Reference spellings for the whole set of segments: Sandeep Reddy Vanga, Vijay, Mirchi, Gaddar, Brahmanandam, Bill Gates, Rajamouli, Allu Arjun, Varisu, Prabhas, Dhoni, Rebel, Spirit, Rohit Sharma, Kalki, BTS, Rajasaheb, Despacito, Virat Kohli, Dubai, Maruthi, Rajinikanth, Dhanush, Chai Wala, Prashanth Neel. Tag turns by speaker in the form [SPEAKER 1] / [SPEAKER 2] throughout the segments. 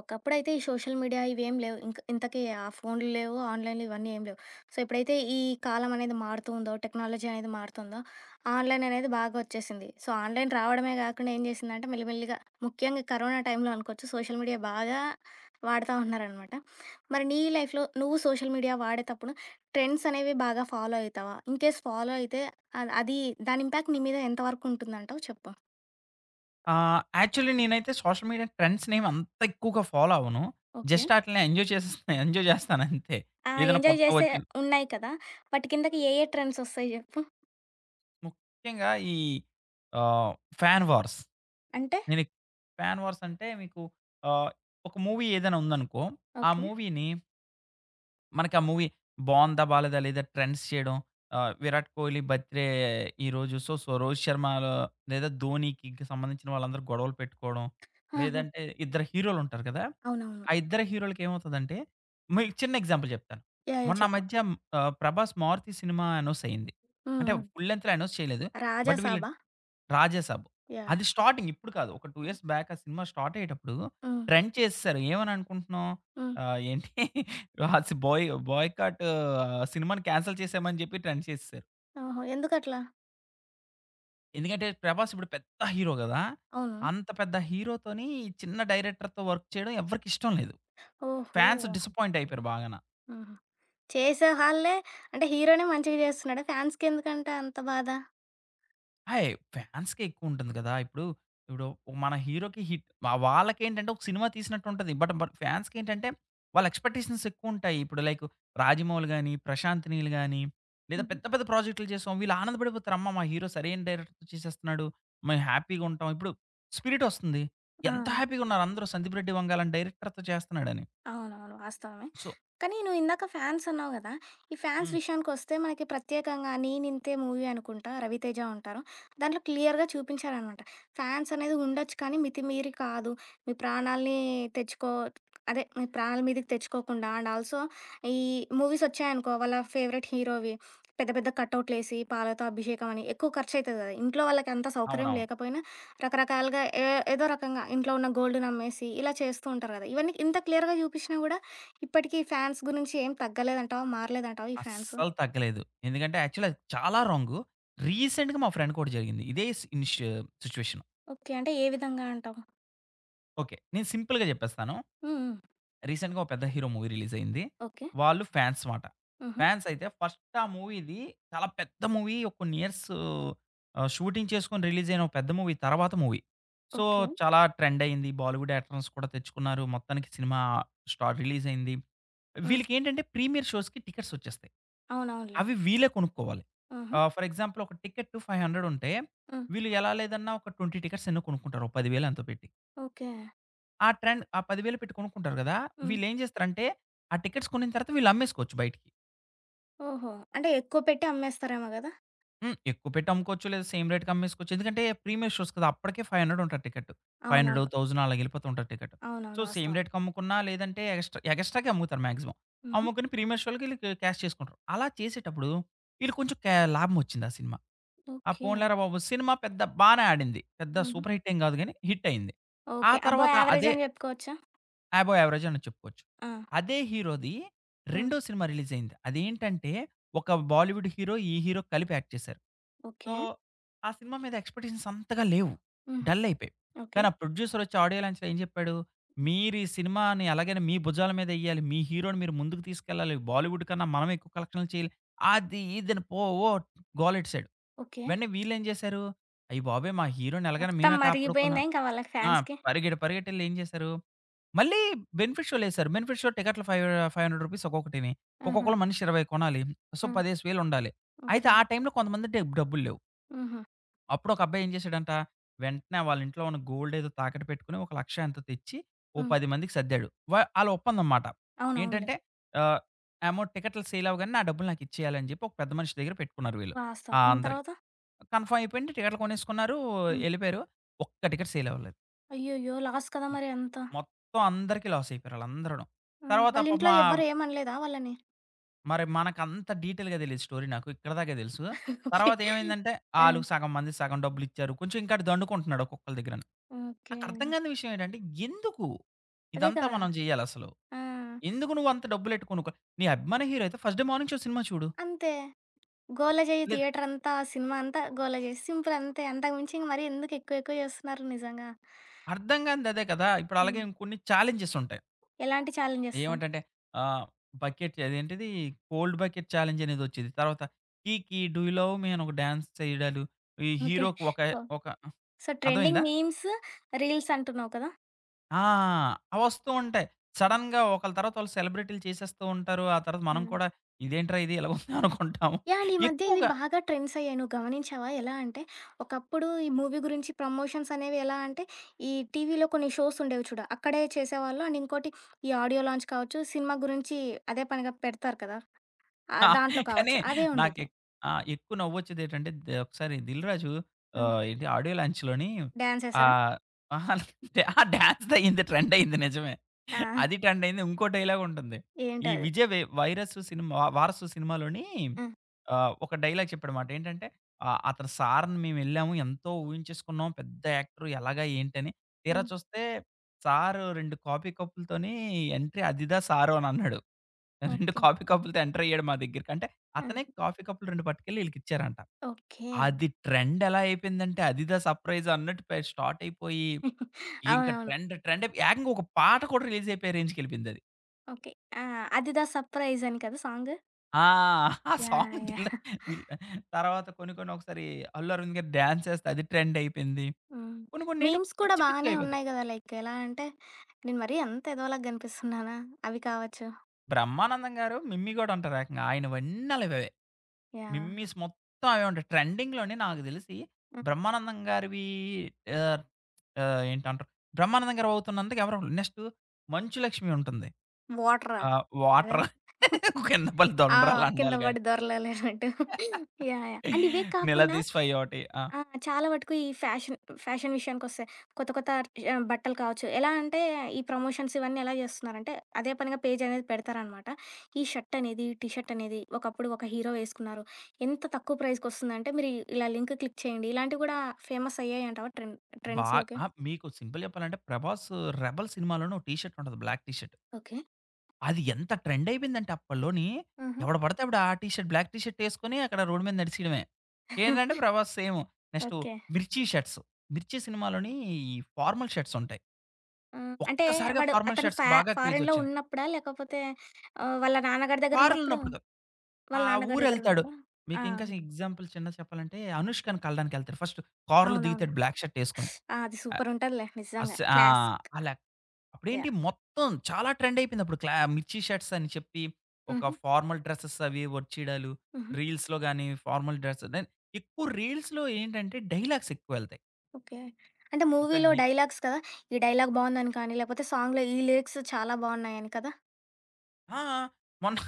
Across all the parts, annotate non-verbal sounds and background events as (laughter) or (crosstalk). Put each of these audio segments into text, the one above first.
[SPEAKER 1] ఒకప్పుడైతే ఈ social media ఇవేం లేవు. ఇంక ఇంతకీ ఆ ఫోన్లు లేవు, ఆన్‌లైన్‌లు ఇవన్నీ ఏం లేవు. సో, ఎప్పుడైతే ఈ కాలం అనేది మారుతూ ఉందో, టెక్నాలజీ అనేది మారుతుందో, ఆన్‌లైన్ అనేది బాగా వచ్చేసింది. సో, ఆన్‌లైన్ రావడమే కాకుండా ఏం చేసిందంటే మెల్లిమెల్లిగా ముఖ్యంగా కరోనా టైంలో అనుకోవచ్చు సోషల్ మీడియా బాగా వాడతా ఉన్నారనమాట. మరి నీ లైఫ్‌లో నువ్వు సోషల్ మీడియా వాడేతప్పుడు ట్రెండ్స్ అనేవి బాగా ఫాలో అయితావా? ఇన్‌కేస్ ఫాలో అయితే అది దాని ఇంపాక్ట్ నీ మీద ఎంత వరకు ఉంటుందంటావు చెప్పు?
[SPEAKER 2] యాక్చువల్లీ నేనైతే సోషల్ మీడియా ట్రెండ్స్‌నేమి అంత ఎక్కువగా ఫాలో అవ్వను.
[SPEAKER 1] ఓకే.
[SPEAKER 2] జస్ట్ ఆటిల్ని ఎంజాయ్ చేసేస్తా (laughs) ఎంజాయ్ చేస్తానంతే.
[SPEAKER 1] ఆ!
[SPEAKER 2] ఏదైనా
[SPEAKER 1] ఎంజాయ్
[SPEAKER 2] కొత్తవి
[SPEAKER 1] జేసే
[SPEAKER 2] వచ్చిన
[SPEAKER 1] ఉన్నాయి కదా! వాటి కిందకి ఏ ఏ ట్రెండ్స్ ఒస్తాయి జెప్పు?
[SPEAKER 2] ముఖ్యంగా ఆహ్, ఫ్యాన్ వార్స్.
[SPEAKER 1] అంటే
[SPEAKER 2] నేను ఫ్యాన్ వార్స్ అంటే మీకు ఆహ్, ఒక మూవీ ఏదైనా ఉందనుకో, ఆ
[SPEAKER 1] ఓకే.
[SPEAKER 2] మూవీని మనకి ఆ మూవీ బావుందా? బాలేదా? లేదా? ట్రెండ్స్ చేయడం. 'విరాట్ కోహ్లీ' బర్త్‌డే ఈరోజు. సో, 'రోహిత్ షర్మలో' లేదా 'ధోనికి' సంబంధించిన వాళ్ళందరూ గొడవలు పెట్టుకోవడం.
[SPEAKER 1] ఆహా!
[SPEAKER 2] లేదంటే ఇద్దరు హీరోలుంటారు కదా!
[SPEAKER 1] అవునవును.
[SPEAKER 2] ఆ ఇద్దరు హీరోలకి ఏమవుతదంటే మీకు చిన్న ఎగ్జాంపుల్ చెప్తాను.
[SPEAKER 1] యాహ్! యాహ్!
[SPEAKER 2] మొన్న
[SPEAKER 1] చెప్పు.
[SPEAKER 2] మధ్య 'ప్రభాస్ మారుతి' సినిమా అనౌన్స్ అయింది.
[SPEAKER 1] హ్మ్.
[SPEAKER 2] అంటే
[SPEAKER 1] హ్మ్.
[SPEAKER 2] ఫుల్ లెంగ్త్‌లో అనౌన్స్ చేయలేదు. బట్ వీళ్ళ
[SPEAKER 1] రాజాసాబా?
[SPEAKER 2] 'రాజాసాబ్.'
[SPEAKER 1] యాహ్!
[SPEAKER 2] అది
[SPEAKER 1] యాహ్!
[SPEAKER 2] స్టార్టింగ్ ఇప్పుడు కాదు. ఒక 2 ఇయర్స్ బ్యాక్ ఆ సినిమా స్టార్ట్ అయ్యేటప్పుడు
[SPEAKER 1] హ్మ్.
[SPEAKER 2] ట్రెండ్ చేసేసారు. ఏమని అనుకుంటున్నాం?
[SPEAKER 1] హ్మ్.
[SPEAKER 2] ఆహ్, ఏంటి రాసి బాయ్ బాయ్‌కాట్ సినిమాని క్యాన్సెల్ చేసామని చెప్పి ట్రెండ్ చేసేసారు.
[SPEAKER 1] ఓహో! ఎందుకట్లా?
[SPEAKER 2] ఎందుకంటే 'ప్రభాస్' ఇప్పుడు పెద్ద హీరో గదా!
[SPEAKER 1] అవును.
[SPEAKER 2] అంత పెద్ద హీరోతోని చిన్న డైరెక్టర్‌తో వర్క్ చేయడం ఎవరికిష్టం లేదు.
[SPEAKER 1] ఓహో!
[SPEAKER 2] ఫాన్స్ డిసప్పాయింట్ అయిపోయారు బాగాన.
[SPEAKER 1] హుహు. చేసే హాల్లే అంటే హీరో‌నే మంచిగా జేస్తున్నాడా? ఫ్యాన్స్‌కెందుకంట అంత బాధ?
[SPEAKER 2] హేయ్! ఫ్యాన్స్‌కే ఎక్కువుంటుంది గదా! ఇప్పుడు మన హీరోకి హిట్ వాళ్ళకేంటంటే ఒక సినిమా తీసినట్టుంటది. బట్ ఫ్యాన్స్‌కేంటంటే వాళ్ళ ఎక్స్‌పెక్టేషన్స్ ఎక్కువుంటాయి. ఇప్పుడు లైక్ 'రాజమౌళి' గాని, 'ప్రశాంత్ నీల్' గాని లేదా
[SPEAKER 1] హుహు.
[SPEAKER 2] పెద్ద పెద్ద ప్రాజెక్టులు చేసాం. వీళ్ళు ఆనందపడిపోతారు. అమ్మ! మా హీరో సరైన డైరెక్టర్‌తో చేసేస్తున్నాడు. మేము హ్యాపీగా ఉంటాం. ఇప్పుడు 'స్పిరిట్' వస్తుంది.
[SPEAKER 1] ఆ!
[SPEAKER 2] ఎంత హ్యాపీగా ఉన్నారు అందరూ 'సందీప్ రెడ్డి వంగ' లాంటి డైరెక్టర్‌తో చేస్తున్నాడని.
[SPEAKER 1] అవునవును. వాస్తవమే.
[SPEAKER 2] సో,
[SPEAKER 1] కానీ నువ్వు ఇందాక ఫ్యాన్స్ అన్నావు గదా! ఈ ఫ్యాన్స్
[SPEAKER 2] హ్మ్.
[SPEAKER 1] విషయానికొస్తే మనకి ప్రత్యేకంగా 'నేనింతే' మూవీ అనుకుంటా రవితేజ ఉంటారు. దాంట్లో క్లియర్‌గా చూపించారనమాట. ఫ్యాన్స్ అనేది ఉండొచ్చు కానీ మితిమీరి కాదు. మీ ప్రాణాల్ని తెచ్చుకో అదే మీ ప్రాణాల మీదకి తెచ్చుకోకుండా అండ్ ఆల్సో ఈ మూవీసొచ్చాయనుకో వాళ్ళ ఫేవరెట్ హీరోవి పెద్ద పెద్ద కటౌట్‌లేసి పాలతో అభిషేకం అని ఎక్కువ ఖర్చయితది గదా! ఇంట్లో వాళ్ళకి అంత సౌకర్యం
[SPEAKER 2] అవునవును.
[SPEAKER 1] లేకపోయినా రకరకాలుగా ఏదో రకంగా ఇంట్లో ఉన్న గోల్డ్‌ని అమ్మేసి, ఇలా చేస్తూ ఉంటారు గదా! ఇవన్నీ ఇంత క్లియర్‌గా జూపిచ్చినా గూడా ఇప్పటికి ఫ్యాన్స్ గురించి ఏం తగ్గలేదంటావా? మారలేదంటావా ఈ ఫ్యాన్స్?
[SPEAKER 2] అస్సలు తగ్గలేదు. ఎందుకంటే యాక్చువల్లీ అది చాలా రాంగు. రీసెంట్‌గా మా ఫ్రెండ్‌కి ఒకటి జరిగింది. ఇదే సి ఇనిషి సిట్యుయేషన్.
[SPEAKER 1] ఓకే. అంటే ఏ విధంగా అంటావు?
[SPEAKER 2] ఓకే. నేను సింపుల్‌గా జెప్పేస్తాను.
[SPEAKER 1] హ్మ్. హ్మ్.
[SPEAKER 2] రీసెంట్‌గా ఒక పెద్ద హీరో మూవీ రిలీజ్ అయింది.
[SPEAKER 1] ఓకే.
[SPEAKER 2] వాళ్ళు ఫాన్స్ మాట.
[SPEAKER 1] హుహు.
[SPEAKER 2] ఫాన్స్ అయితే ఫస్ట్ ఆ మూవీది చాలా పెద్ద మూవీ. ఒక కొన్ని ఇయర్స్ షూటింగ్ చేసుకొని రిలీజ్ అయిన ఒక పెద్ద మూవీ తర్వాత మూవీ. So,
[SPEAKER 1] okay.
[SPEAKER 2] చాలా ట్రెండ్ అయింది. బాలీవుడ్ యాక్టర్స్ కూడా తెచ్చుకున్నారు. మొత్తానికి సినిమా స్టార్ రిలీజ్ అయింది.
[SPEAKER 1] హ్మ్.
[SPEAKER 2] వీళ్ళకేంటంటే ప్రీమియర్ షోస్‌కి టికెట్స్ వచ్చేస్తాయి.
[SPEAKER 1] అవునవునులే.
[SPEAKER 2] అవి వీళ్ళే కొనుక్కోవాలి.
[SPEAKER 1] హుహు.
[SPEAKER 2] ఫర్ ఎగ్జాంపుల్ ఒక టికెట్ 500 ఉంటే
[SPEAKER 1] హ్మ్.
[SPEAKER 2] వీళ్ళు ఎలా లేదన్నా ఒక 20 టికెట్స్ ఎన్నో కొనుక్కుంటారు. ఓ 10,000 ఎంతో పెట్టి.
[SPEAKER 1] ఓకే.
[SPEAKER 2] ఆ ట్రెండ్ ఆ 10,000 పెట్టి కొనుక్కుంటారు కదా!
[SPEAKER 1] హ్మ్.
[SPEAKER 2] వీళ్ళేం జేస్తారంటే, ఆ టికెట్స్ కొనిన తర్వాత వీళ్ళు అమ్మేసుకోవచ్చు బయటికి.
[SPEAKER 1] ఓహో! అంటే ఎక్కువ పెట్టి అమ్మేస్తారేమో గదా!
[SPEAKER 2] హ్మ్. ఎక్కువ పెట్టి అమ్ముకోవచ్చు. లేదా సేమ్ రేట్‌కి అమ్మేసుకోవచ్చు. ఎందుకంటే ప్రీమియర్ షోస్ కదా! అప్పటికే 500 ఉంటారు టికెట్. 500,
[SPEAKER 1] అవునవును.
[SPEAKER 2] 1000 అలాగెళ్ళిపోతూ ఉంటారు టికెట్. సో,
[SPEAKER 1] అవునవును.
[SPEAKER 2] సేమ్
[SPEAKER 1] వాస్తవం.
[SPEAKER 2] రేట్‌కి అమ్ముకున్నా లేదంటే ఎగస్ట్రా ఎగస్ట్రాకే అమ్ముతారు మాక్సిమం.
[SPEAKER 1] హుహు.
[SPEAKER 2] అమ్ముకుని ప్రీమియర్ షోలకి వీళ్ళు క్యాష్ చేసుకుంటారు. అలా చేసేటప్పుడు వీళ్ళకి కొంచెం కే లాభం వచ్చింది ఆ సినిమా. ఆ
[SPEAKER 1] ఓకే.
[SPEAKER 2] పోన్లేరా బాబు సినిమా పెద్ద బానే ఆడింది. పెద్ద
[SPEAKER 1] హుహు.
[SPEAKER 2] సూపర్ హిట్ ఏం గాదు గానీ హిట్ అయింది. ఆ
[SPEAKER 1] ఓకే. అబోవ్
[SPEAKER 2] తర్వాత
[SPEAKER 1] యావరేజ్
[SPEAKER 2] అదే
[SPEAKER 1] అని జెప్పుకోవచ్చా?
[SPEAKER 2] అబోవ్ యావరేజ్ అని చెప్పుకోవచ్చు.
[SPEAKER 1] ఆ!
[SPEAKER 2] అదే హీరోది
[SPEAKER 1] హ్మ్.
[SPEAKER 2] రెండో సినిమా రిలీజ్ అయింది. అదేంటంటే ఒక బాలీవుడ్ హీరో, ఈ హీరో కలిపి యాక్ట్ చేశారు. So,
[SPEAKER 1] okay.
[SPEAKER 2] ఆ సినిమా మీద ఎక్స్‌పెక్టేషన్స్ అంతగా లేవు.
[SPEAKER 1] హుహు.
[SPEAKER 2] డల్ అయిపోయాయి.
[SPEAKER 1] ఓకే.
[SPEAKER 2] కానీ ఆ ప్రొడ్యూసర్ వచ్చి ఆడియో లాంచ్‌లో ఏం చెప్పాడు? "మీరు ఈ సినిమాని ఎలాగైనా మీ భుజాల మీద ఎయ్యాలి. మీ హీరోని మీరు ముందుకు తీసుకెళ్ళాలి. బాలీవుడ్ కన్నా మనమే ఎక్కువ కలెక్షన్‌లు చేయాలి." అది ఇది అని పో ఓ గోలెట్టేసాడు.
[SPEAKER 1] ఓకే.
[SPEAKER 2] వెంటనే వీళ్ళేం చేశారు? అయ్య బాబోయ్! మా హీరోని ఎలాగైనా
[SPEAKER 1] మొత్తం
[SPEAKER 2] మేమే కాపాడుకోవాల.
[SPEAKER 1] మరిగిపోయిందా ఇంకా వాళ్ళ
[SPEAKER 2] ఆ!
[SPEAKER 1] ఫాన్స్‌కి?
[SPEAKER 2] పరిగెడి పరిగెట్టెళ్ళి ఏం చేశారు? మళ్ళీ బెనిఫిట్ షోలేశారు. బెనిఫిట్ షో టికెట్లు ఫైవ్ రూ. 500 రూపీస్ ఒక్కొక్కటిని.
[SPEAKER 1] ఆహా!
[SPEAKER 2] ఒక్కొక్కళ్ళు మనిషి 20 కొనాలి. సో,
[SPEAKER 1] ఆ!
[SPEAKER 2] 10,000 ఉండాలి. అయితే
[SPEAKER 1] ఓకే.
[SPEAKER 2] ఆ టైంలో కొంతమంది డబ్బులు లేవు.
[SPEAKER 1] హుహు.
[SPEAKER 2] అప్పుడు ఒక అబ్బాయి ఏం చేశాడంట, వెంటనే వాళ్ళ ఇంట్లో ఉన్న గోల్డ్ ఏదో తాకట్టు పెట్టుకొని ఒక 1,00,000 ఎంతో తెచ్చి ఓ
[SPEAKER 1] హ్మ్.
[SPEAKER 2] 10 మందికి సర్దాడు. ఆళ్ళ ఒప్పందం మాట.
[SPEAKER 1] అవునవునులే.
[SPEAKER 2] ఏంటంటే ఆహ్, అమౌంట్ టికెట్లు సేల్ అవ్వగానే నా డబ్బులు నాకు ఇచ్చేయాలి అని చెప్పి ఒక పెద్ద మనిషి దగ్గర పెట్టుకున్నారు వీళ్ళు. ఆ!
[SPEAKER 1] వాస్తవం. హ్మ్.
[SPEAKER 2] అందరికి.
[SPEAKER 1] తర్వాత?
[SPEAKER 2] కన్ఫర్మ్ అయిపోయింది. టికెట్లు కొనేసుకున్నారు.
[SPEAKER 1] హ్మ్.
[SPEAKER 2] ఎళ్ళిపోయారు. ఒక్క టికెట్ సేల్ అవ్వలేదు.
[SPEAKER 1] అయ్యయ్యో! లాస్ కదా మరి అంతా.
[SPEAKER 2] మొత్తం అందరికీ లాస్ అయిపోయారు ఆళ్ళందరూను.
[SPEAKER 1] హ్మ్.
[SPEAKER 2] తర్వాత
[SPEAKER 1] వాళ్ళ
[SPEAKER 2] పాపం
[SPEAKER 1] ఇంట్లో ఎవ్వరు ఏమనలేదా వాళ్ళని?
[SPEAKER 2] మరి మనకంత డీటెయిల్‌గా తెలీదు స్టోరీ నాకు. ఇక్కడ దాకే తెలుసు.
[SPEAKER 1] ఓకే.
[SPEAKER 2] తర్వాత ఏమైందంటే
[SPEAKER 1] ఆ!
[SPEAKER 2] ఆళ్ళకి సగం మంది సగం డబ్బులిచ్చారు. కొంచెం ఇంకా అటు దండుకుంటున్నాడు ఒక్కొక్కళ్ళ దగ్గరను.
[SPEAKER 1] ఓకే.
[SPEAKER 2] నాకు అర్థం కాని విషయం ఏంటంటే ఎందుకు
[SPEAKER 1] అదే
[SPEAKER 2] ఇదంతా
[SPEAKER 1] కదా!
[SPEAKER 2] మనం చేయాలసలు?
[SPEAKER 1] ఆ!
[SPEAKER 2] ఎందుకు నువ్వంత డబ్బులెట్టుకొనుకో నీ అభిమాన హీరో అయితే ఫస్ట్ డే మార్నింగ్ షో సినిమా చూడు.
[SPEAKER 1] అంతే. గోల చేయి
[SPEAKER 2] లేదు
[SPEAKER 1] థియేటర్ అంతా, సినిమా అంతా గోల చేయి. సింపుల్ అంతే. అంతకు మించి ఇంక మరీ ఎందుకు ఎక్కువ ఎక్కువ చేస్తున్నారు నిజంగా.
[SPEAKER 2] అర్థం కానిదదే కదా! ఇప్పుడు అలాగే
[SPEAKER 1] హ్మ్.
[SPEAKER 2] ఇంకొన్ని ఛాలెంజెస్ ఉంటాయి.
[SPEAKER 1] ఎలాంటి ఛాలెంజెస్?
[SPEAKER 2] ఏమంటంటే ఆహ్, బకెట్ అదేంటిది కోల్డ్ బకెట్ ఛాలెంజ్ అనేదొచ్చేది. తర్వాత 'Kiki do you love me' అని ఒక డాన్స్ చేయడాలు, ఈ
[SPEAKER 1] ఓకే.
[SPEAKER 2] హీరోకి ఒక
[SPEAKER 1] ఓహ్!
[SPEAKER 2] ఒక
[SPEAKER 1] సో, ట్రెండింగ్
[SPEAKER 2] అర్థమైందా?
[SPEAKER 1] మీమ్స్, రీల్స్ అంటున్నావు కదా!
[SPEAKER 2] ఆ! అవొస్తూ ఉంటాయి.
[SPEAKER 1] హ్మ్.
[SPEAKER 2] సడెన్‌గా ఒకళ్ళ తర్వాత వాళ్ళు సెలబ్రిటీలు చేసేస్తూ ఉంటారు. ఆ తర్వాత మనం
[SPEAKER 1] హ్మ్.
[SPEAKER 2] కూడా ఇదేంట్రా ఇది ఇలా ఉంది అనుకుంటాము.
[SPEAKER 1] యాహ్! ఈ మధ్య ఇవి
[SPEAKER 2] ఎక్కువగా
[SPEAKER 1] బాగా ట్రెండ్స్ అయ్యాయి. నువ్వు గమనించావా? ఎలా అంటే, ఒకప్పుడు ఈ మూవీ గురించి ప్రమోషన్స్ అనేవి ఎలా అంటే, ఈ టీవీలో కొన్ని షోస్ ఉండేవి చూడు. అక్కడే చేసేవాళ్ళు. అండ్ ఇంకోటి ఈ ఆడియో లాంచ్ కావచ్చు, సినిమా గురించి అదే పనిగా పెడతారు కదా!
[SPEAKER 2] ఆ!
[SPEAKER 1] దాంట్లో
[SPEAKER 2] కానీ
[SPEAKER 1] కావచ్చు. అదే ఉండేది.
[SPEAKER 2] నాకెక్ ఆ! ఎక్కువ నవ్వొచ్చేదేటంటే ఒకసారి 'దిల్‌రాజు'
[SPEAKER 1] హ్మ్.
[SPEAKER 2] ఆహ్, ఏంటి ఆడియో లాంచ్‌లోని
[SPEAKER 1] డాన్స్ ఏసారా?
[SPEAKER 2] ఆహ్, అహా! ఆ డాన్స్‌దయ్యింది ట్రెండయ్యింది నిజమే.
[SPEAKER 1] ఆ!
[SPEAKER 2] అది ట్రెండయింది. ఇంకో డైలాగుంటుంది.
[SPEAKER 1] ఏంటో
[SPEAKER 2] ఈ
[SPEAKER 1] అది?
[SPEAKER 2] 'విజయ్ వే వైరసు' సినిమా 'వారసు' సినిమాలోని
[SPEAKER 1] ఆ!
[SPEAKER 2] ఒక డైలాగ్ చెప్పాడమాట. ఏంటంటే అతని సార్‌ని మేమెళ్ళాము. ఎంతో ఊహించేసుకున్నాం. పెద్ద యాక్టరు ఎలాగా ఏంటని. తీరా
[SPEAKER 1] హ్మ్.
[SPEAKER 2] చూస్తే సారు 2 కాఫీ కప్పులతోని ఎంట్రీ అదిదా సారు అని అన్నాడు. 2
[SPEAKER 1] ఓకే.
[SPEAKER 2] కాఫీ కప్పులతో ఎంటర్ అయ్యాడు మా దగ్గరికి. అంటే
[SPEAKER 1] ఆ!
[SPEAKER 2] అతనే కాఫీ కప్పులు 2 పట్టుకెళ్ళి ఈళ్ళకిచ్చారంట.
[SPEAKER 1] ఓకే.
[SPEAKER 2] అది ట్రెండ్ ఎలా అయిపోయిందంటే అదిదా సర్ప్రైజ్ అన్నట్టు స్టార్ట్ అయిపోయి
[SPEAKER 1] (laughs)
[SPEAKER 2] ఇంక
[SPEAKER 1] అవునవును.
[SPEAKER 2] ట్రెండ్ ట్రెండ్ అయిపోయి ఏకంగా ఒక పాట కూడా రిలీజ్ అయిపోయే రేంజ్‌కెళ్ళిపోయిందది.
[SPEAKER 1] ఓకే. ఆ! 'అది దా సర్ప్రైజ్' అని కదా సాంగు?
[SPEAKER 2] ఆ! ఆ
[SPEAKER 1] yeah!
[SPEAKER 2] Song Dil
[SPEAKER 1] yeah!
[SPEAKER 2] Dil తర్వాత కొన్ని కొన్ని ఒకసారి 'అల్లు అరవింద్' గారు డాన్స్ ఏస్తే అది ట్రెండ్ అయిపోయింది.
[SPEAKER 1] హ్మ్.
[SPEAKER 2] కొన్ని కొన్ని ఏంటో
[SPEAKER 1] మీమ్స్ కూడా
[SPEAKER 2] పిచ్చి పిచ్చిగా
[SPEAKER 1] బానే
[SPEAKER 2] అయిపోతాయి.
[SPEAKER 1] ఉన్నాయి గదా! లైక్ ఎలా అంటే, నేను మరీ అంత ఎదవలాగా గనిపిస్తున్నానా? అవి కావచ్చు.
[SPEAKER 2] బ్రహ్మానందం గారు 'మిమ్మీ గాడు' అంటారు ఏకంగా ఆయనవన్నీ అలావే.
[SPEAKER 1] యాహ్!
[SPEAKER 2] మిమ్మీస్ మొత్తం అవే ఉంటాయి. ట్రెండింగ్‌లోని నాకు తెలిసి
[SPEAKER 1] హ్మ్.
[SPEAKER 2] బ్రహ్మానందం గారివి ఆహ్, ఆహ్, ఏంటంటారు బ్రహ్మానందం గారు అవుతున్నందుకు ఎవరో నెక్స్ట్ మంచు లక్ష్మి ఉంటుంది.
[SPEAKER 1] వాటరా? అదా?
[SPEAKER 2] వాటర్. (laughs) కింద పల్లి
[SPEAKER 1] ఆ!
[SPEAKER 2] దొండరాళ్ళు
[SPEAKER 1] కింద
[SPEAKER 2] అండాలి గాని.
[SPEAKER 1] పడి దొర్లాలన్నట్టు. యాహ్! యాహ్! అండ్ ఇవే కాకుండా
[SPEAKER 2] 'నిలదీస్ ఫై' ఒకటి. ఆ!
[SPEAKER 1] ఆ! చాలా వటుకు ఈ ఫ్యాషన్, ఫ్యాషన్ విషయానికొస్తే కొత్త కొత్త బట్టలు కావచ్చు. ఎలా అంటే ఈ ప్రమోషన్స్ ఇవన్నీ ఎలా చేస్తున్నారంటే అదే పనిగా పేజ్ అనేది పెడతారనమాట. ఈ షర్ట్ అనేది, టీ షర్ట్ అనేది ఒకప్పుడు ఒక హీరో వేసుకున్నారు. ఎంత తక్కువ ప్రైస్‌కొస్తుందంటే మీరు ఇలా లింక్ క్లిక్ చేయండి. ఇలాంటివి కూడా ఫేమస్ అయ్యాయంటావా
[SPEAKER 2] బా
[SPEAKER 1] ట్రెండ్స్‌లోకి?
[SPEAKER 2] ఆ! మీకు సింపుల్ చెప్పాలంటే 'ప్రభాస్ రెబెల్' సినిమాలోని ఒక టీ షర్ట్ ఉంటది. Black T shirt.
[SPEAKER 1] ఓకే.
[SPEAKER 2] అది ఎంత ట్రెండ్ అయిపోయిందంటే అప్పట్లోని
[SPEAKER 1] ఆహా!
[SPEAKER 2] ఎవడు పడితే అప్పుడు ఆ T shirt black T shirt ఏసుకొని అక్కడ రోడ్ మీద నడిచేయడమే. ఏంటంటే
[SPEAKER 1] (laughs)
[SPEAKER 2] 'Prabhas' same. Next
[SPEAKER 1] okay.
[SPEAKER 2] 'Mirchi' shirts. 'Mirchi' సినిమాలోని ఈ ఫార్మల్ షర్ట్స్ ఉంటాయి.
[SPEAKER 1] ఆ! అంటే
[SPEAKER 2] ఒక్కసారిగా
[SPEAKER 1] వాడు
[SPEAKER 2] ఫార్మల్
[SPEAKER 1] అతను
[SPEAKER 2] షర్ట్స్‌కి
[SPEAKER 1] ఫా
[SPEAKER 2] బాగా క్రేజ్
[SPEAKER 1] ఫారెన్‌లో
[SPEAKER 2] వచ్చింది.
[SPEAKER 1] ఉన్నప్పుడా? లేకపోతే వాళ్ళ నాన్నగారి దగ్గర
[SPEAKER 2] ఫారెన్‌లో
[SPEAKER 1] ఉన్నప్పుడు?
[SPEAKER 2] ఉన్నప్పుడు కాదు.
[SPEAKER 1] వాళ్ళ
[SPEAKER 2] ఆ
[SPEAKER 1] నాన్నగారి దగ్గర
[SPEAKER 2] ఊరెళ్తాడు.
[SPEAKER 1] ఉన్నప్పుడా? ఆ!
[SPEAKER 2] మీకింకా ఎగ్జాంపుల్ చిన్నది చెప్పాలంటే 'అనుష్క'ని కలడానికెళ్తాడు. ఫస్ట్ కారులో
[SPEAKER 1] అవునవునులే.
[SPEAKER 2] దిగుతాడు బ్లాక్ షర్ట్ ఏసుకొని.
[SPEAKER 1] ఆ! అది సూపరుంటదిలే నిజంగా.
[SPEAKER 2] ఆ!
[SPEAKER 1] క్లాస్.
[SPEAKER 2] అలా అప్పుడేంటి
[SPEAKER 1] యాహ్!
[SPEAKER 2] మొత్తం చాలా ట్రెండ్ అయిపోయిందప్పుడు. మిర్చి షర్ట్స్ అని చెప్పి, ఒక
[SPEAKER 1] హుహు.
[SPEAKER 2] ఫార్మల్ డ్రెసెస్ అవి వచ్చేయడాలు,
[SPEAKER 1] హుహు.
[SPEAKER 2] రీల్స్‌లో గాని, ఫార్మల్ డ్రెస్ దెన్ ఎక్కువ రీల్స్‌లో ఏంటంటే డైలాగ్స్ ఎక్కువెళ్తాయి.
[SPEAKER 1] ఓకే. అంటే
[SPEAKER 2] ఒక
[SPEAKER 1] మూవీలో
[SPEAKER 2] ఈ
[SPEAKER 1] డైలాగ్స్ కదా! ఈ డైలాగ్ బావుందని కానీ, లేకపోతే సాంగ్‌లో ఈ లిరిక్స్ చాలా బావున్నాయని కదా!
[SPEAKER 2] ఆ! ఆ! మొన్న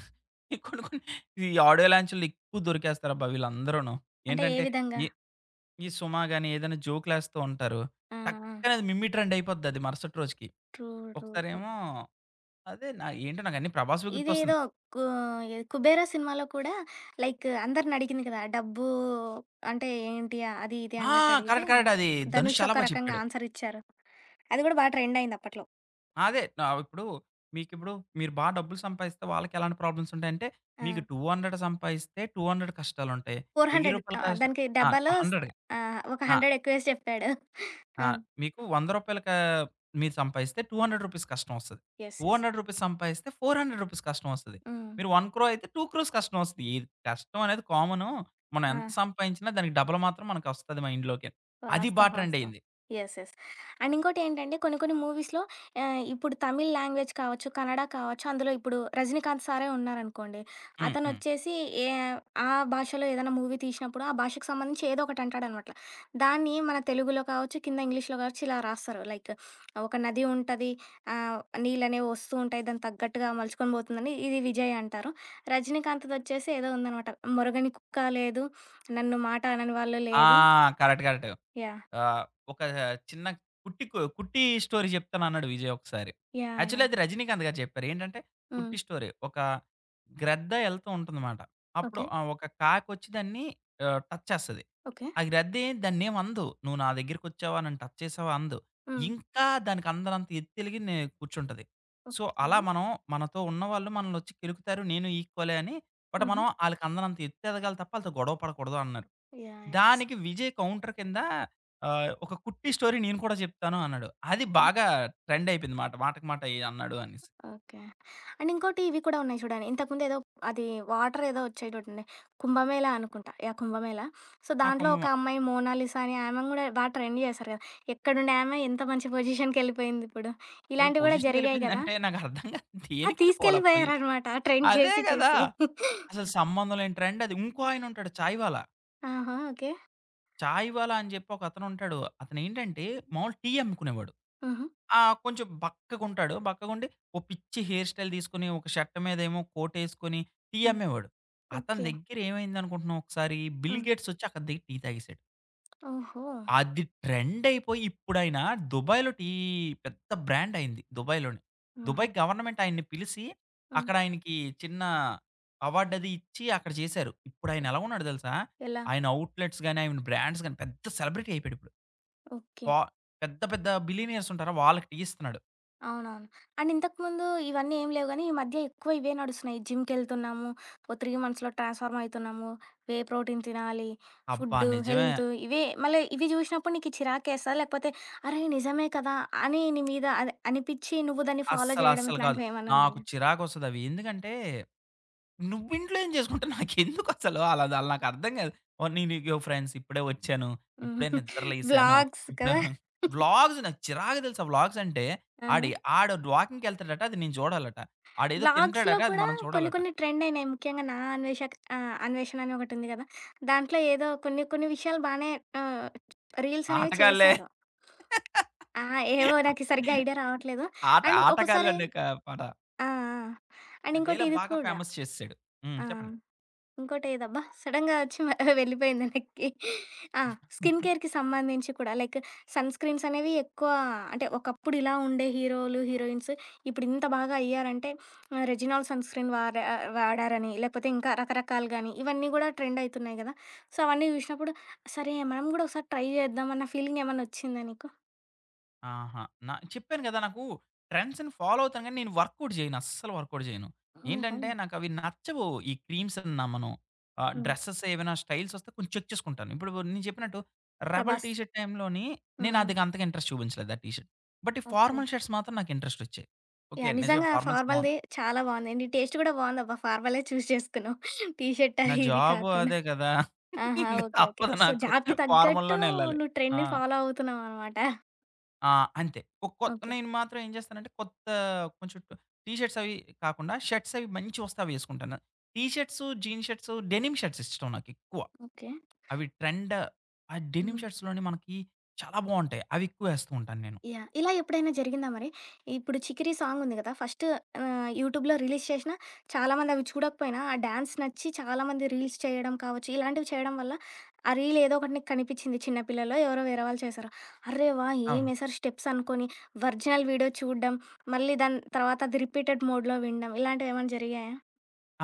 [SPEAKER 2] కొన్ని కొన్ని ఈ ఆడియో లాంచ్‌లో ఎక్కువ దొరికేస్తారబ్బా! వీళ్ళందరూను.
[SPEAKER 1] అంటే ఏ
[SPEAKER 2] ఏంటంటే
[SPEAKER 1] విధంగా?
[SPEAKER 2] ఈ ఈ సుమ గాని ఏదైనా జోకులేస్తూ ఉంటారు.
[SPEAKER 1] ఆ! ఆ!
[SPEAKER 2] టక్కన అది మిమ్మీ ట్రెండ్ అయిపోద్దది మరుసటి రోజుకి.
[SPEAKER 1] ట్రూ. ట్రూ. ట్రూ.
[SPEAKER 2] ఒకసారేమో అదే నా ఏంటో నాకన్నీ ప్రభాస్‌వి
[SPEAKER 1] ఇదేదో
[SPEAKER 2] గుర్తొస్తున్నాయి.
[SPEAKER 1] కు ఏది 'కుబేరా' సినిమాలో కూడా లైక్ అందరినడిగింది కదా! డబ్బు అంటే ఏంటి? అది ఇది
[SPEAKER 2] ఆ!
[SPEAKER 1] అన్నట్టడిగితే,
[SPEAKER 2] కరెక్ట్. కరెక్ట్. అది ధనుష్
[SPEAKER 1] ధనుష్
[SPEAKER 2] చాలా
[SPEAKER 1] ఒక
[SPEAKER 2] బా
[SPEAKER 1] రకంగా
[SPEAKER 2] చెప్పాడు.
[SPEAKER 1] ఆన్సర్ ఇచ్చారు. అది కూడా బాగా ట్రెండ్ అయింది అప్పట్లో.
[SPEAKER 2] అదే నా ఇప్పుడు మీకిప్పుడు మీరు బా డబ్బులు సంపాదిస్తే వాళ్ళకి ఎలాంటి ప్రాబ్లమ్స్ ఉంటాయంటే,
[SPEAKER 1] ఆ!
[SPEAKER 2] మీకు 200 సంపాదిస్తే 200 కష్టాలుంటాయి. రూ. 1000
[SPEAKER 1] 400
[SPEAKER 2] కష్ట
[SPEAKER 1] దానికి
[SPEAKER 2] ఆ!
[SPEAKER 1] 70లో
[SPEAKER 2] 100
[SPEAKER 1] ఒక
[SPEAKER 2] ఆ!
[SPEAKER 1] 100 ఎక్కువేసి చెప్పాడు.
[SPEAKER 2] ఆ!
[SPEAKER 1] ఆ!
[SPEAKER 2] మీకు రూ. 100 మీరు సంపాదిస్తే రూ. 200 కష్టం వస్తది.
[SPEAKER 1] యెస్.
[SPEAKER 2] రూ.
[SPEAKER 1] యెస్.
[SPEAKER 2] 200 సంపాదిస్తే రూ. 400 కష్టం వస్తది.
[SPEAKER 1] హ్మ్.
[SPEAKER 2] మీరు 1,00,00,000 అయితే 2,00,00,000 కష్టం వస్తది. ఈ కష్టం అనేది కామను. మనం
[SPEAKER 1] ఆ!
[SPEAKER 2] ఎంత సంపాదించినా దానికి డబుల్ మాత్రం మనకొస్తది మైండ్‌లోకి. అది బా
[SPEAKER 1] వాస్తవం.
[SPEAKER 2] ట్రెండ్
[SPEAKER 1] వాస్తవం.
[SPEAKER 2] అయింది.
[SPEAKER 1] యెస్. యెస్. అండ్ ఇంకోటేంటంటే కొన్ని కొన్ని మూవీస్‌లో ఇప్పుడు తమిళ్ లాంగ్వేజ్ కావచ్చు, కన్నడ కావచ్చు, అందులో ఇప్పుడు 'రజనీకాంత్' సారే ఉన్నారనుకోండి.
[SPEAKER 2] హ్మ్. హ్మ్.
[SPEAKER 1] అతనొచ్చేసి ఏ ఆ భాషలో ఏదైనా మూవీ తీసినప్పుడు ఆ భాషకు సంబంధించి ఏదో ఒకటి అంటాడనమాట. దాన్ని మన తెలుగులో కావచ్చు, కింద ఇంగ్లీష్‌లో కావచ్చు ఇలా రాస్తారు. లైక్ ఒక నది ఉంటది. ఆహ్, నీళ్ళనేవి వస్తూ ఉంటాయి. దానికి తగ్గట్టుగా మలుచుకొని పోతుందని ఇది 'విజయ్' అంటారు. 'రజనీకాంత్‌దొచ్చేసి' ఏదో ఉందనమాట. 'మొరగని కుక్క లేదు. నన్ను మాట అనని వాళ్ళు
[SPEAKER 2] ఆ!
[SPEAKER 1] లేదు.'
[SPEAKER 2] కరెక్ట్. కరెక్ట్.
[SPEAKER 1] యాహ్!
[SPEAKER 2] ఆహ్, ఒక చిన్న కుట్టి స్టోరీ చెప్తానన్నాడు విజయ్ ఒకసారి.
[SPEAKER 1] యాహ్! యాహ్!
[SPEAKER 2] యాక్చువల్లీ అది రజినీకాంత్ గారు చెప్పారు. ఏంటంటే
[SPEAKER 1] హ్మ్.
[SPEAKER 2] కుట్టి స్టోరీ. ఒక గ్రద్ద ఎళ్తూ ఉంటుందమాట. అప్పుడు
[SPEAKER 1] ఓకే.
[SPEAKER 2] ఒక కాకొచ్చి దాన్ని టచ్ చేస్తది.
[SPEAKER 1] ఓకే.
[SPEAKER 2] ఆ గ్రద్ద దాన్నేమి అనదు. "నువ్వు నా దగ్గరికొచ్చావా? నన్ను టచ్ చేసావా?" అనదు.
[SPEAKER 1] హ్మ్.
[SPEAKER 2] ఇంకా దానికి అందనంత ఎత్తెలిగి నే కూర్చుంటది. So,
[SPEAKER 1] okay.
[SPEAKER 2] అలా మనం మనతో ఉన్నవాళ్ళు మనల్నొచ్చి కెలుకుతారు. నేను ఈక్వలే అని. బట్
[SPEAKER 1] హుహు.
[SPEAKER 2] మనం ఆళ్ళకి అందనంత ఎత్తెదగాలి తప్ప ఆళ్ళతో గొడవ పడకూడదు అన్నారు.
[SPEAKER 1] యాహ్! యాహ్!
[SPEAKER 2] దానికి విజయ్ కౌంటర్ కింద ఒక కుట్టి స్టోరీ నేను కూడా చెప్తాను అన్నాడు. అది
[SPEAKER 1] ఓకే.
[SPEAKER 2] బాగా ట్రెండ్ అయిపోయింది మాట. మాటకి మాట ఎ అన్నాడు అనేసి.
[SPEAKER 1] ఓకే. అండ్ ఇంకోటి ఇవి కూడా ఉన్నాయి చూడండి. ఇంతకుముందు ఏదో అది వాటర్ ఏదో వచ్చాయి చూడండి. కుంభమేళా అనుకుంటా. యాహ్! కుంభమేళా. సో,
[SPEAKER 2] నా
[SPEAKER 1] దాంట్లో
[SPEAKER 2] కొమ్మ
[SPEAKER 1] ఒక
[SPEAKER 2] మా-
[SPEAKER 1] అమ్మాయి మోనాలిసా అనే ఆమెను కూడా బా ట్రెండ్ చేశారు కదా! ఎక్కడుండే ఆమె ఎంత మంచి పొజిషన్‌కెళ్ళిపోయింది ఇప్పుడు.
[SPEAKER 2] అసలు
[SPEAKER 1] ఇలాంటివి కూడా జరిగాయి కదా!
[SPEAKER 2] పొజిషన్‌కెళ్ళిపోయిందంటే నాకర్థం కాదు.
[SPEAKER 1] ఆ!
[SPEAKER 2] దేనికెళ్ళిపోవాలి ఆ పొజిషన్?
[SPEAKER 1] తీసుకెళ్ళిపోయారనమాట ట్రెండ్
[SPEAKER 2] అదే
[SPEAKER 1] చేసి
[SPEAKER 2] కదా!
[SPEAKER 1] చేసి.
[SPEAKER 2] అసలు సంబంధం లేని ట్రెండ్ అది. ఇంకో ఆయన ఉంటాడు చాయ్ వాలా.
[SPEAKER 1] ఆహా! ఓకే.
[SPEAKER 2] చాయ్ వాలా అని చెప్పి ఒకతను ఉంటాడు. అతనేంటంటే మామూలు టీ అమ్ముకునేవాడు.
[SPEAKER 1] హుహు.
[SPEAKER 2] ఆ! కొంచెం బక్కగుంటాడు. బక్కగుండి ఓ పిచ్చి హెయిర్ స్టైల్ తీసుకొని, ఒక షర్ట్ మీదేమో కోటేసుకొని టీ
[SPEAKER 1] హ్మ్.
[SPEAKER 2] అమ్మేవాడు. అతని
[SPEAKER 1] ఓకే.
[SPEAKER 2] దగ్గర ఏమైందనుకుంటున్నావు ఒకసారి బిల్
[SPEAKER 1] హ్మ్.
[SPEAKER 2] గేట్స్ వచ్చి అతని దగ్గర టీ తాగేసాడు.
[SPEAKER 1] ఓహో!
[SPEAKER 2] అది ట్రెండయిపోయి ఇప్పుడాయన దుబాయ్‌లో టీ పెద్ద బ్రాండయింది దుబాయ్‌లోనే.
[SPEAKER 1] ఆహా!
[SPEAKER 2] దుబాయ్ గవర్నమెంట్ ఆయన్ని పిలిసి,
[SPEAKER 1] హ్మ్.
[SPEAKER 2] అక్కడ ఆయనకి చిన్న అవార్డది ఇచ్చి అక్కడ చేశారు. ఇప్పుడాయన ఎలా ఉన్నాడో తెలుసా?
[SPEAKER 1] ఎలా?
[SPEAKER 2] ఆయన ఔట్‌లెట్స్ గాని, ఆయన బ్రాండ్స్ గాని పెద్ద సెలబ్రిటీ అయిపోయాడిప్పుడు.
[SPEAKER 1] ఓకే.
[SPEAKER 2] పా పెద్ద పెద్ద బిలియనీర్స్ ఉంటారా? వాళ్ళకి టీ ఇస్తున్నాడు.
[SPEAKER 1] అవునవును. అండ్ ఇంతకుముందు ఇవన్నీ ఏం లేవు గానీ, ఈ మధ్య ఎక్కువ ఇవే నడుస్తున్నాయి. జిమ్‌కెళ్తున్నాము, ఓ 3 మంత్స్‌లో ట్రాన్స్‌ఫార్మ్ అయితున్నాము, వే ప్రోటీన్ తినాలి,
[SPEAKER 2] అబ్బా!
[SPEAKER 1] ఫుడ్డు,
[SPEAKER 2] నిజమే.
[SPEAKER 1] హెల్తు ఇవే మళ్ళీ ఇవి జూసినప్పుడు నీకు చిరాకేస్తదా? లేకపోతే అరే! నిజమే కదా! అని నీ మీద అదే అనిపిచ్చి నువ్వు దాన్ని ఫాలో జేయడం
[SPEAKER 2] అస్సలు కాదు.
[SPEAKER 1] ఇట్లాంటివేమన్నా
[SPEAKER 2] నాకు
[SPEAKER 1] ఉన్నాయా?
[SPEAKER 2] చిరాకొస్తదవి. ఎందుకంటే నువ్వింట్లో ఏం చేసుకుంటే నాకెందుకు అసలు ఆళ్ళది ఆళ్ళు నాకర్థం కాదు. ఓహ్! నేనిగో ఫ్రెండ్స్ ఇప్పుడే వచ్చాను.
[SPEAKER 1] హ్మ్.
[SPEAKER 2] ఇప్పుడే నిద్ర
[SPEAKER 1] (laughs)
[SPEAKER 2] లేసాను.
[SPEAKER 1] బ్లాగ్స్
[SPEAKER 2] ఇప్పుడు
[SPEAKER 1] కదా!
[SPEAKER 2] వ్లాగ్స్ నాకు చిరాకు తెలుసా వ్లాగ్స్ అంటే. ఆడి
[SPEAKER 1] ఆహా!
[SPEAKER 2] ఆడు వాకింగ్‌కెళ్తాడట అది నేను చూడాలట. ఆడేదో
[SPEAKER 1] వ్లాగ్స్‌లో
[SPEAKER 2] తింటాడట అది
[SPEAKER 1] కూడా
[SPEAKER 2] మనం
[SPEAKER 1] కొన్ని
[SPEAKER 2] చూడాలట.
[SPEAKER 1] కొన్ని ట్రెండ్ అయినాయి. ముఖ్యంగా 'అన్వేషణ' అని ఒకటి ఉంది కదా! దాంట్లో ఏదో కొన్ని కొన్ని విషయాలు బానే ఆహ్, రీల్స్ అనేవి
[SPEAKER 2] ఆటగాళ్ళే.
[SPEAKER 1] చేశారు. ఆ! ఏవో నాకు సరిగ్గా ఐడియా రావట్లేదు. అండ్ ఒక్కోసారి
[SPEAKER 2] ఆటగాళ్ళనే క మాట.
[SPEAKER 1] ఆ! ఆ! అండ్
[SPEAKER 2] ఆ
[SPEAKER 1] ఇంకోటి
[SPEAKER 2] డైలాగ్
[SPEAKER 1] ఇది
[SPEAKER 2] బాగా
[SPEAKER 1] కూడా.
[SPEAKER 2] ఫేమస్ చేసేసాడు. హ్మ్.
[SPEAKER 1] ఆ!
[SPEAKER 2] చెప్పండి.
[SPEAKER 1] ఇంకోటేదబ్బా! సడెన్‌గా వచ్చి (laughs) వెళ్ళిపోయింది వెనక్కి. ఆ! స్కిన్ కేర్‌కి సంబంధించి కూడా లైక్ సన్ స్క్రీన్స్ అనేవి ఎక్కువ అంటే ఒకప్పుడు ఇలా ఉండే హీరోలు, హీరోయిన్స్ ఇప్పుడు ఇంత బాగా అయ్యారంటే రెజినాల్ సన్ స్క్రీన్ వాడారని లేకపోతే ఇంకా రకరకాలు గాని ఇవన్నీ గూడా ట్రెండ్ అయితున్నాయి గదా! సో, అవన్నీ జూసినప్పుడు సరే మనం గూడా ఒకసారి ట్రై జేద్దాం అన్న ఫీలింగ్ ఏమన్నా వచ్చిందా నీకు?
[SPEAKER 2] ఆహా! నా చెప్పాను గదా! నాకు ట్రెండ్స్‌ని ఫాలో అవుతాను గానీ, నేను వర్కౌట్ జేయను. అస్సలు వర్కౌట్ జేయను.
[SPEAKER 1] ఓహో!
[SPEAKER 2] ఏంటంటే, నాకవి నచ్చవు. ఈ క్రీమ్స్ అని నమ్మను.
[SPEAKER 1] హ్మ్.
[SPEAKER 2] డ్రెసెస్ ఏవైనా స్టైల్స్ వస్తే కొంచెం చెక్ చేసుకుంటాను. ఇప్పుడు నేను చెప్పినట్టు 'రెబెల్' టీ
[SPEAKER 1] 'ప్రభాస్.'
[SPEAKER 2] షర్ట్ టైమ్‌లోని
[SPEAKER 1] హ్మ్.
[SPEAKER 2] నేను అది
[SPEAKER 1] హ్మ్.
[SPEAKER 2] అంతగా ఇంట్రెస్ట్ చూపించలేదు ఆ టీ షర్ట్. బట్ ఈ
[SPEAKER 1] ఓకే.
[SPEAKER 2] ఫార్మల్ షర్ట్స్ మాత్రం నాకు ఇంట్రెస్ట్ ఒచ్చాయి. ఓకే.
[SPEAKER 1] యాహ్!
[SPEAKER 2] నిజమే
[SPEAKER 1] నిజంగా
[SPEAKER 2] ఫార్మల్స్
[SPEAKER 1] ఫార్మల్‌ది
[SPEAKER 2] బావుంటాయి.
[SPEAKER 1] చాలా బాగుంది. నీ టేస్ట్ కూడా బాగుందబ్బా! ఫార్మలే చూజ్ చేసుకున్నావు. (laughs) టీ షర్ట్
[SPEAKER 2] నా
[SPEAKER 1] అది ఇది
[SPEAKER 2] జాబు
[SPEAKER 1] కాకుండా.
[SPEAKER 2] అదే గదా!
[SPEAKER 1] ఆహా!
[SPEAKER 2] ఇంక (laughs)
[SPEAKER 1] ఓకే. ఓకే.
[SPEAKER 2] తప్పదు
[SPEAKER 1] సో,
[SPEAKER 2] నాకు.
[SPEAKER 1] జాబ్‌కి తగ్గట్టు
[SPEAKER 2] ఫార్మల్‌లోనే ఎళ్ళాలి.
[SPEAKER 1] నువ్వు
[SPEAKER 2] ఆ!
[SPEAKER 1] ట్రెండ్‌ని ఫాలో అవుతున్నావనమాట.
[SPEAKER 2] ఆ! అంతే. ఒక కొత్
[SPEAKER 1] ఓకే.
[SPEAKER 2] నేను మాత్రం ఏం చేస్తానంటే కొత్త కొంచెం టీ షర్ట్స్ అవి కాకుండా షర్ట్స్ అవి మంచివొస్తే అవి వేసుకుంటాను. T shirts, jeans shirts, denim shirts ఇష్టం నాకెక్కువ.
[SPEAKER 1] ఓకే.
[SPEAKER 2] అవి ట్రెండ్ ఆ డెనిమ్
[SPEAKER 1] హ్మ్.
[SPEAKER 2] షర్ట్స్‌లోని మనకి చాలా బావుంటాయి. అవి ఎక్కువ వేస్తూ ఉంటాను నేను.
[SPEAKER 1] యాహ్! ఇలా ఎప్పుడైనా జరిగిందా మరి? ఇప్పుడు 'చికిరి' సాంగ్ ఉంది కదా! ఫస్ట్ యూట్యూబ్‌లో రిలీజ్ చేషిన చాలామంది అవి చూడకపోయినా, ఆ డాన్స్ నచ్చి చాలామంది రీల్స్ చేయడం కావచ్చు, ఇలాంటివి చేయడం వల్ల ఆ రీల్ ఏదో ఒకటి నీకు కనిపిచ్చింది. చిన్న పిల్లలో ఎవరో వేరే వాళ్ళు చేశారు. అర్రే వాహ్!
[SPEAKER 2] అవును.
[SPEAKER 1] ఏమేశారు స్టెప్స్ అనుకోని, ఒరిజినల్ వీడియో చూడడం, మళ్ళీ దాని తర్వాత అది రిపీటెడ్ మోడ్‌లో వినడం, ఇలాంటివేమన్నా జరిగాయా?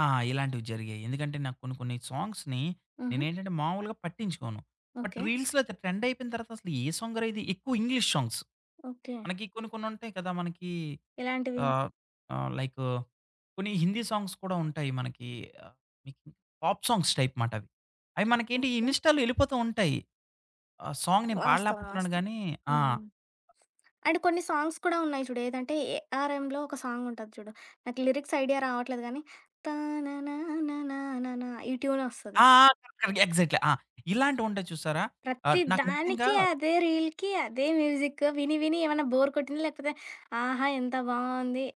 [SPEAKER 2] ఆ! ఇలాంటివి జరిగాయి. ఎందుకంటే నాకు కొన్ని కొన్ని సాంగ్స్‌ని
[SPEAKER 1] హుహు.
[SPEAKER 2] నేనేంటంటే మామూలుగా పట్టించుకోను. But
[SPEAKER 1] okay.
[SPEAKER 2] రీల్స్‌లో అయితే ట్రెండ్ అయిపోయిన తర్వాత అసలు ఏ సాంగ్‌రా ఇది? ఎక్కువ ఇంగ్లీష్ సాంగ్స్.
[SPEAKER 1] ఓకే.
[SPEAKER 2] మనకి కొన్ని కొన్ని ఉంటాయి కదా! మనకి
[SPEAKER 1] ఎలాంటివి?
[SPEAKER 2] ఆహ్, ఆహ్, లైక్ కొన్ని హిందీ సాంగ్స్ కూడా ఉంటాయి మనకి. ఆహ్, మీకు పాప్ సాంగ్స్ టైప్ మాట అవి. అవి మనకేంటి
[SPEAKER 1] ఓకే.
[SPEAKER 2] ఇన్‌స్టాలో ఎళ్ళిపోతూ ఉంటాయి. ఆ సాంగ్ నేను
[SPEAKER 1] వాస్తవం.
[SPEAKER 2] పాడలేకపోతున్నాను
[SPEAKER 1] వాస్తవం.
[SPEAKER 2] గానీ ఆ!
[SPEAKER 1] హ్మ్. అండ్ కొన్ని సాంగ్స్ కూడా ఉన్నాయి చూడు. ఏదంటే 'ARM'లో ఒక సాంగ్ ఉంటది చూడు. నాకు లిరిక్స్ ఐడియా రావట్లేదు గానీ, తాననానానానానా ఈ ట్యూనొస్తది.
[SPEAKER 2] ఆ! ఆ! Correct, correct. ఎగ్జాక్ట్‌లీ. ఆ! ఇలాంటివుంటాయి చూసారా?
[SPEAKER 1] ప్రతి
[SPEAKER 2] నాకు ముఖ్యంగా
[SPEAKER 1] దానికి అదే రీల్‌కి అదే మ్యూజిక్ విని, విని ఏమన్నా బోర్ కొట్టిందా? లేకపోతే ఆహా! ఎంత బావుంది.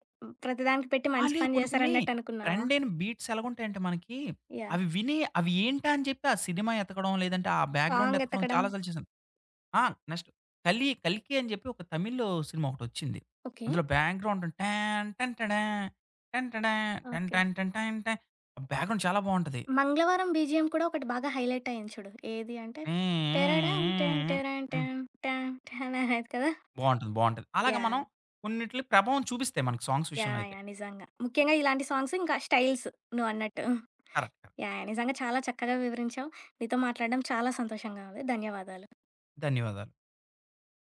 [SPEAKER 1] ప్రతిదానికి పెట్టి
[SPEAKER 2] ఆ!
[SPEAKER 1] మంచి
[SPEAKER 2] లేదు
[SPEAKER 1] పని
[SPEAKER 2] కొన్ని కొన్ని
[SPEAKER 1] చేశారన్నట్టు అనుకున్నావా?
[SPEAKER 2] ట్రెండ్ అయిన బీట్స్ ఎలాగుంటాయంటే మనకి,
[SPEAKER 1] యాహ్!
[SPEAKER 2] అవి విని అవి ఏంటా అని చెప్పి ఆ సినిమా ఎతకడం, లేదంటే ఆ బ్యాక్‌గ్రౌండ్
[SPEAKER 1] సాంగ్
[SPEAKER 2] ఎతకడం
[SPEAKER 1] ఎతకడం
[SPEAKER 2] చాలా సార్లు చేశాను. ఆ! నెక్స్ట్ 'కల్కి' అని చెప్పి ఒక తమిళ్ సినిమా ఒకటొచ్చింది.
[SPEAKER 1] ఓకే.
[SPEAKER 2] అందులో బ్యాక్‌గ్రౌండ్ టాన్ టన్ టడా టన్ టడా టన్
[SPEAKER 1] ఓకే.
[SPEAKER 2] టన్ టన్ టన్ టన్ ఆ బ్యాక్‌గ్రౌండ్ చాలా బావుంటది.
[SPEAKER 1] 'మంగళవారం' BGM కూడా ఒకటి బాగా హైలైట్ అయింది చూడు. ఏది అంటే
[SPEAKER 2] ఏ
[SPEAKER 1] టెరడాన్ టెన్
[SPEAKER 2] ఏ ఏ
[SPEAKER 1] టెరన్
[SPEAKER 2] హ్మ్.
[SPEAKER 1] టన్ టాన్ టాన్ అనేది కదా!
[SPEAKER 2] బావుంటది. బావుంటది. అలాగే మనం
[SPEAKER 1] యాహ్!
[SPEAKER 2] కొన్నిట్లి ప్రభావం చూపిస్తాయి మనకి సాంగ్స్ విషయంలో
[SPEAKER 1] యాహ్!
[SPEAKER 2] అయితే.
[SPEAKER 1] యాహ్! నిజంగా. ముఖ్యంగా ఇలాంటి సాంగ్స్ ఇంకా స్టైల్స్ నువ్వన్నట్టు. యాహ్!
[SPEAKER 2] కరెక్ట్. కరెక్ట్.
[SPEAKER 1] యాహ్! నిజంగా చాలా చక్కగా వివరించావు. నీతో మాట్లాడడం చాలా సంతోషంగా ఉంది. ధన్యవాదాలు.
[SPEAKER 2] ధన్యవాదాలు.